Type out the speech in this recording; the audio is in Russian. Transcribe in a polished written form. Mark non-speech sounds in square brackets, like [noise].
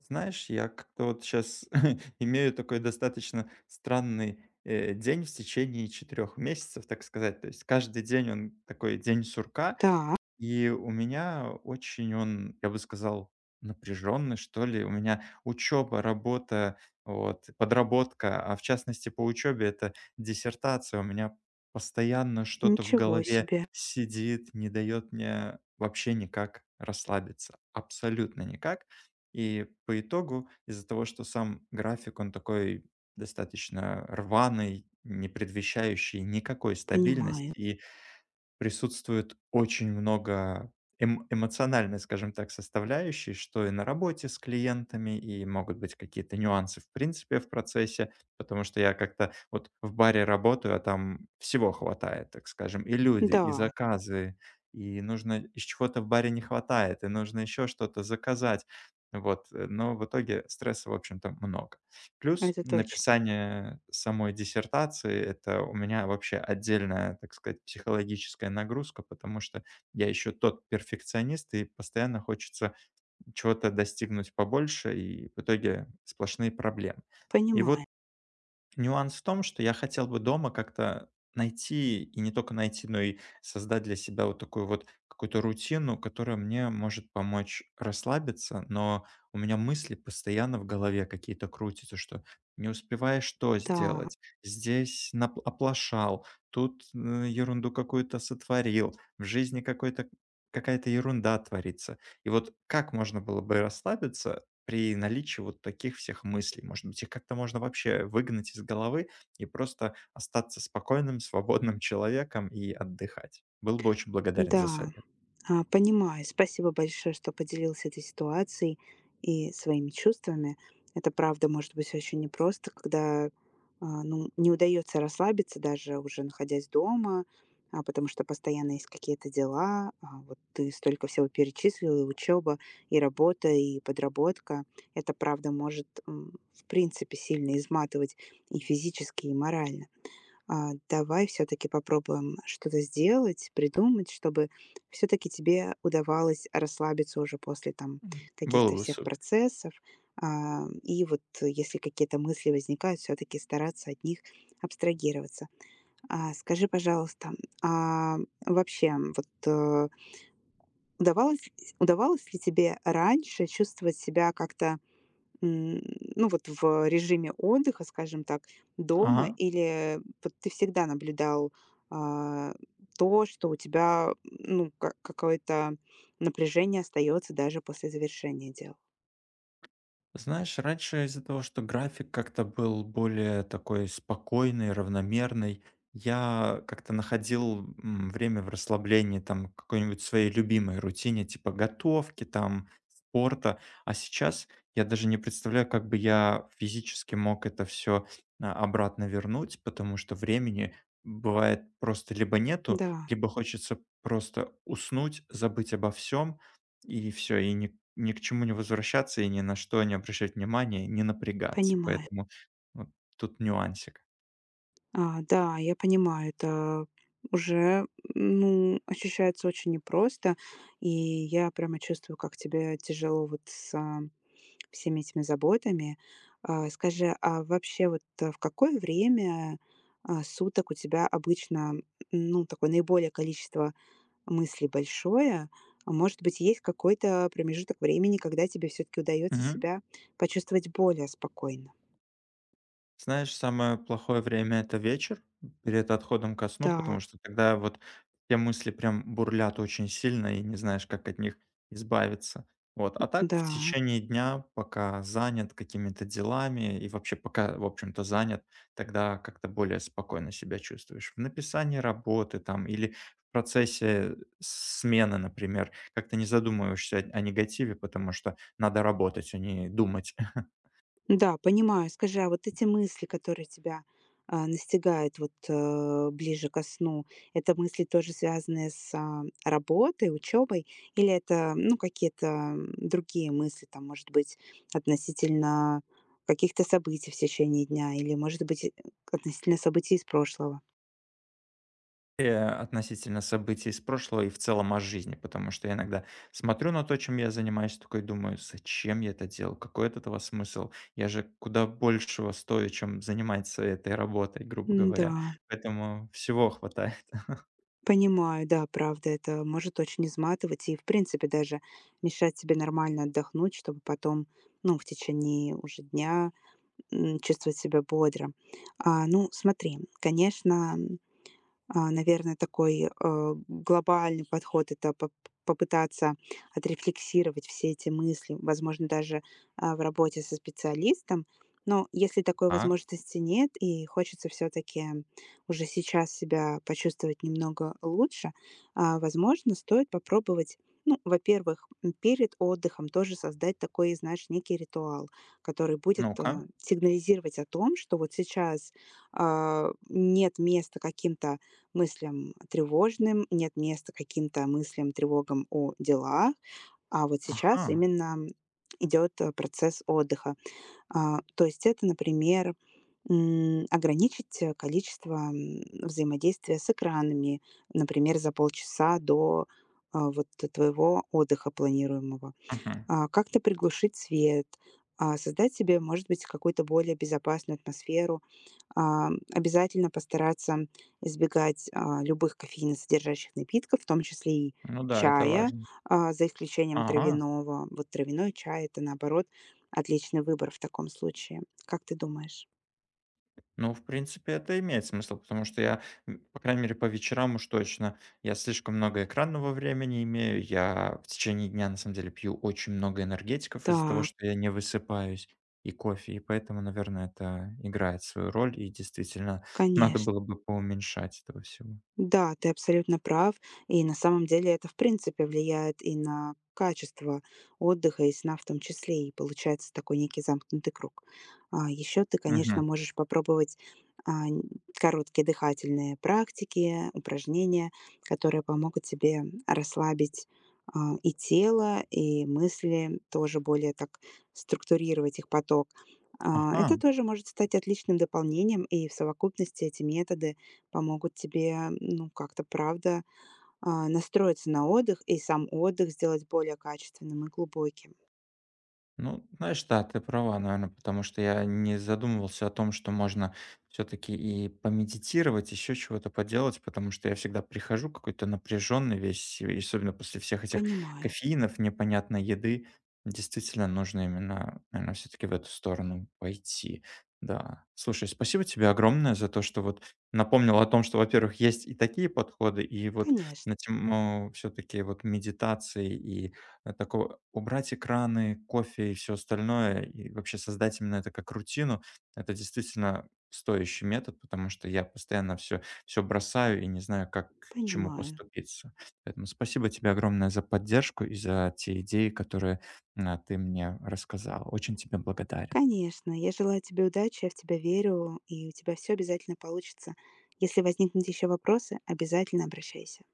Знаешь, я как-то вот сейчас [laughs] имею такой достаточно странный день в течение 4 месяцев, так сказать. То есть каждый день он такой день сурка, Да, и у меня очень он, я бы сказал, напряженный, что ли. У меня учеба, работа, вот, подработка, а в частности по учебе это диссертация. У меня постоянно что-то в ничего голове себе. сидит, не дает мне вообще никак расслабиться. Абсолютно никак. И по итогу, из-за того, что сам график, он такой достаточно рваный, не предвещающий никакой Понимаю. стабильности. Присутствует очень много эмоциональной, скажем так, составляющей, что и на работе с клиентами, и могут быть какие-то нюансы в принципе в процессе, потому что я как-то вот в баре работаю, а там всего хватает, так скажем. И люди, Да, и заказы, и нужно, из чего-то в баре не хватает, и нужно еще что-то заказать. Вот, но в итоге стресса, в общем-то, много. Плюс это точно. написание самой диссертации - это у меня вообще отдельная, так сказать, психологическая нагрузка, потому что я еще тот перфекционист, и постоянно хочется чего-то достигнуть побольше, и в итоге сплошные проблемы. И вот Понимаю. нюанс в том, что я хотел бы дома как-то найти, и не только найти, но и создать для себя вот такую вот какую-то рутину, которая мне может помочь расслабиться, но у меня мысли постоянно в голове какие-то крутятся, что не успеваешь что Да, сделать, здесь оплошал, тут ерунду какую-то сотворил, в жизни какой-то какая-то ерунда творится. И вот как можно было бы расслабиться при наличии вот таких всех мыслей, может быть, их как-то можно вообще выгнать из головы и просто остаться спокойным, [laughs] свободным человеком и отдыхать. Был бы очень благодарен за да. совет. Понимаю. Спасибо большое, что поделился этой ситуацией и своими чувствами. Это правда может быть очень непросто, когда не удается расслабиться, даже уже находясь дома, потому что постоянно есть какие-то дела. Вот ты столько всего перечислил, и учеба, и работа, и подработка. Это правда может, в принципе, сильно изматывать и физически, и морально. Давай все-таки попробуем что-то сделать, придумать, чтобы все-таки тебе удавалось расслабиться уже после там М, было каких-то бы всех супер. процессов. Если какие-то мысли возникают, все-таки стараться от них абстрагироваться. Скажи, пожалуйста, а вообще, вот э, удавалось, удавалось ли тебе раньше чувствовать себя как-то, М, ну, вот в режиме отдыха, скажем так, дома? Ага. Или вот ты всегда наблюдал, а, то, что у тебя, ну, ка какое-то напряжение остается даже после завершения дел? Знаешь, раньше из-за того, что график как-то был более такой спокойный, равномерный, я как-то находил время в расслаблении, там, к какой-нибудь своей любимой рутине, типа готовки, там, спорта. А сейчас я даже не представляю, как бы я физически мог это все обратно вернуть, потому что времени бывает просто либо нету, Да, либо хочется просто уснуть, забыть обо всем, и все, и ни к чему не возвращаться, и ни на что не обращать внимания, не напрягаться. понимаю. Поэтому вот тут нюансик. Да, я понимаю, это уже, ну, ощущается очень непросто, и я прямо чувствую, как тебе тяжело вот с всеми этими заботами. Скажи, в какое время, суток у тебя обычно, ну, такое наиболее количество мыслей большое? А может быть, есть какой-то промежуток времени, когда тебе все таки удается себя почувствовать более спокойно? Знаешь, самое плохое время - это вечер перед отходом ко сну, Да, потому что тогда вот те мысли прям бурлят очень сильно и не знаешь, как от них избавиться. Вот. А так в да. течение дня, пока занят какими-то делами и вообще пока, в общем-то, занят, тогда как-то более спокойно себя чувствуешь. В написании работы там или в процессе смены, например, как-то не задумываешься о негативе, потому что надо работать, а не думать. [laughs] Да, понимаю. Скажи, а вот эти мысли, которые тебя настигают ближе ко сну, это мысли тоже связанные с работой, учебой, или это, ну, какие-то другие мысли, там, может быть, относительно каких-то событий в течение дня, или, может быть, относительно событий из прошлого? Относительно событий из прошлого и в целом о жизни, потому что я иногда смотрю на то, чем я занимаюсь, такой думаю, зачем я это делал, какой от этого смысл, я же куда большего стою, чем заниматься этой работой, грубо говоря, Да, поэтому всего хватает. понимаю, да, правда, это может очень изматывать и, в принципе, даже мешать тебе нормально отдохнуть, чтобы потом, ну, в течение уже дня чувствовать себя бодро. Ну, смотри, конечно, наверное, такой, глобальный подход - это попытаться отрефлексировать все эти мысли, возможно, даже, в работе со специалистом. Но если такой Так, возможности нет и хочется все таки уже сейчас себя почувствовать немного лучше, возможно, стоит попробовать, ну, во-первых, перед отдыхом тоже создать такой, знаешь, некий ритуал, который будет, ну-ка, сигнализировать о том, что вот сейчас, нет места каким-то мыслям тревожным, нет места каким-то мыслям, тревогам о делах, а вот ага, сейчас именно идет, процесс отдыха. То есть это, например, ограничить, количество, взаимодействия с экранами, например, за полчаса до, вот твоего отдыха планируемого. мгм. Как-то приглушить свет, создать себе, может быть, какую-то более безопасную атмосферу, обязательно постараться избегать, любых кофеиносодержащих напитков, в том числе и Ну да, это чая, важно. За исключением Ага. травяного. Вот травяной чай - это, наоборот, отличный выбор в таком случае. Как ты думаешь? Ну, в принципе, это имеет смысл, потому что я, м, по крайней мере, по вечерам уж точно, я слишком много экранного времени имею, я в течение дня, на самом деле, пью очень много энергетиков из-за того, Так, что я не высыпаюсь, и кофе, и поэтому, наверное, это играет свою роль, и действительно [laughs] надо конечно. было бы поуменьшать этого всего. Да, ты абсолютно прав. И на самом деле это, в принципе, влияет и на качество отдыха и сна в том числе. И получается такой некий замкнутый круг. А еще ты, конечно, Мгм. можешь попробовать а, н- короткие дыхательные практики, упражнения, которые помогут тебе расслабить и тело, и мысли, тоже более так структурировать их поток. Ага. Это тоже может стать отличным дополнением, и в совокупности эти методы помогут тебе, ну, как-то, правда, настроиться на отдых и сам отдых сделать более качественным и глубоким. Ну, знаешь, да, ты права, наверное, потому что я не задумывался о том, что можно все-таки и помедитировать, еще чего-то поделать, потому что я всегда прихожу какой-то напряженный весь, и особенно после всех этих Понимаю. кофеинов, непонятной еды. Действительно, нужно именно, наверное, все-таки в эту сторону пойти. Да. Слушай, спасибо тебе огромное за то, что вот напомнил о том, что, во-первых, есть и такие подходы, и вот Конечно, на тему все-таки вот медитации и такого убрать экраны, кофе и все остальное, и вообще создать именно это как рутину. Это действительно стоящий метод, потому что я постоянно все бросаю и не знаю, как к чему понимаю. поступиться. Поэтому спасибо тебе огромное за поддержку и за те идеи, которые, а, ты мне рассказал. Очень тебе благодарен. Конечно, я желаю тебе удачи, я в тебя верю, и у тебя все обязательно получится. Если возникнут еще вопросы, обязательно обращайся.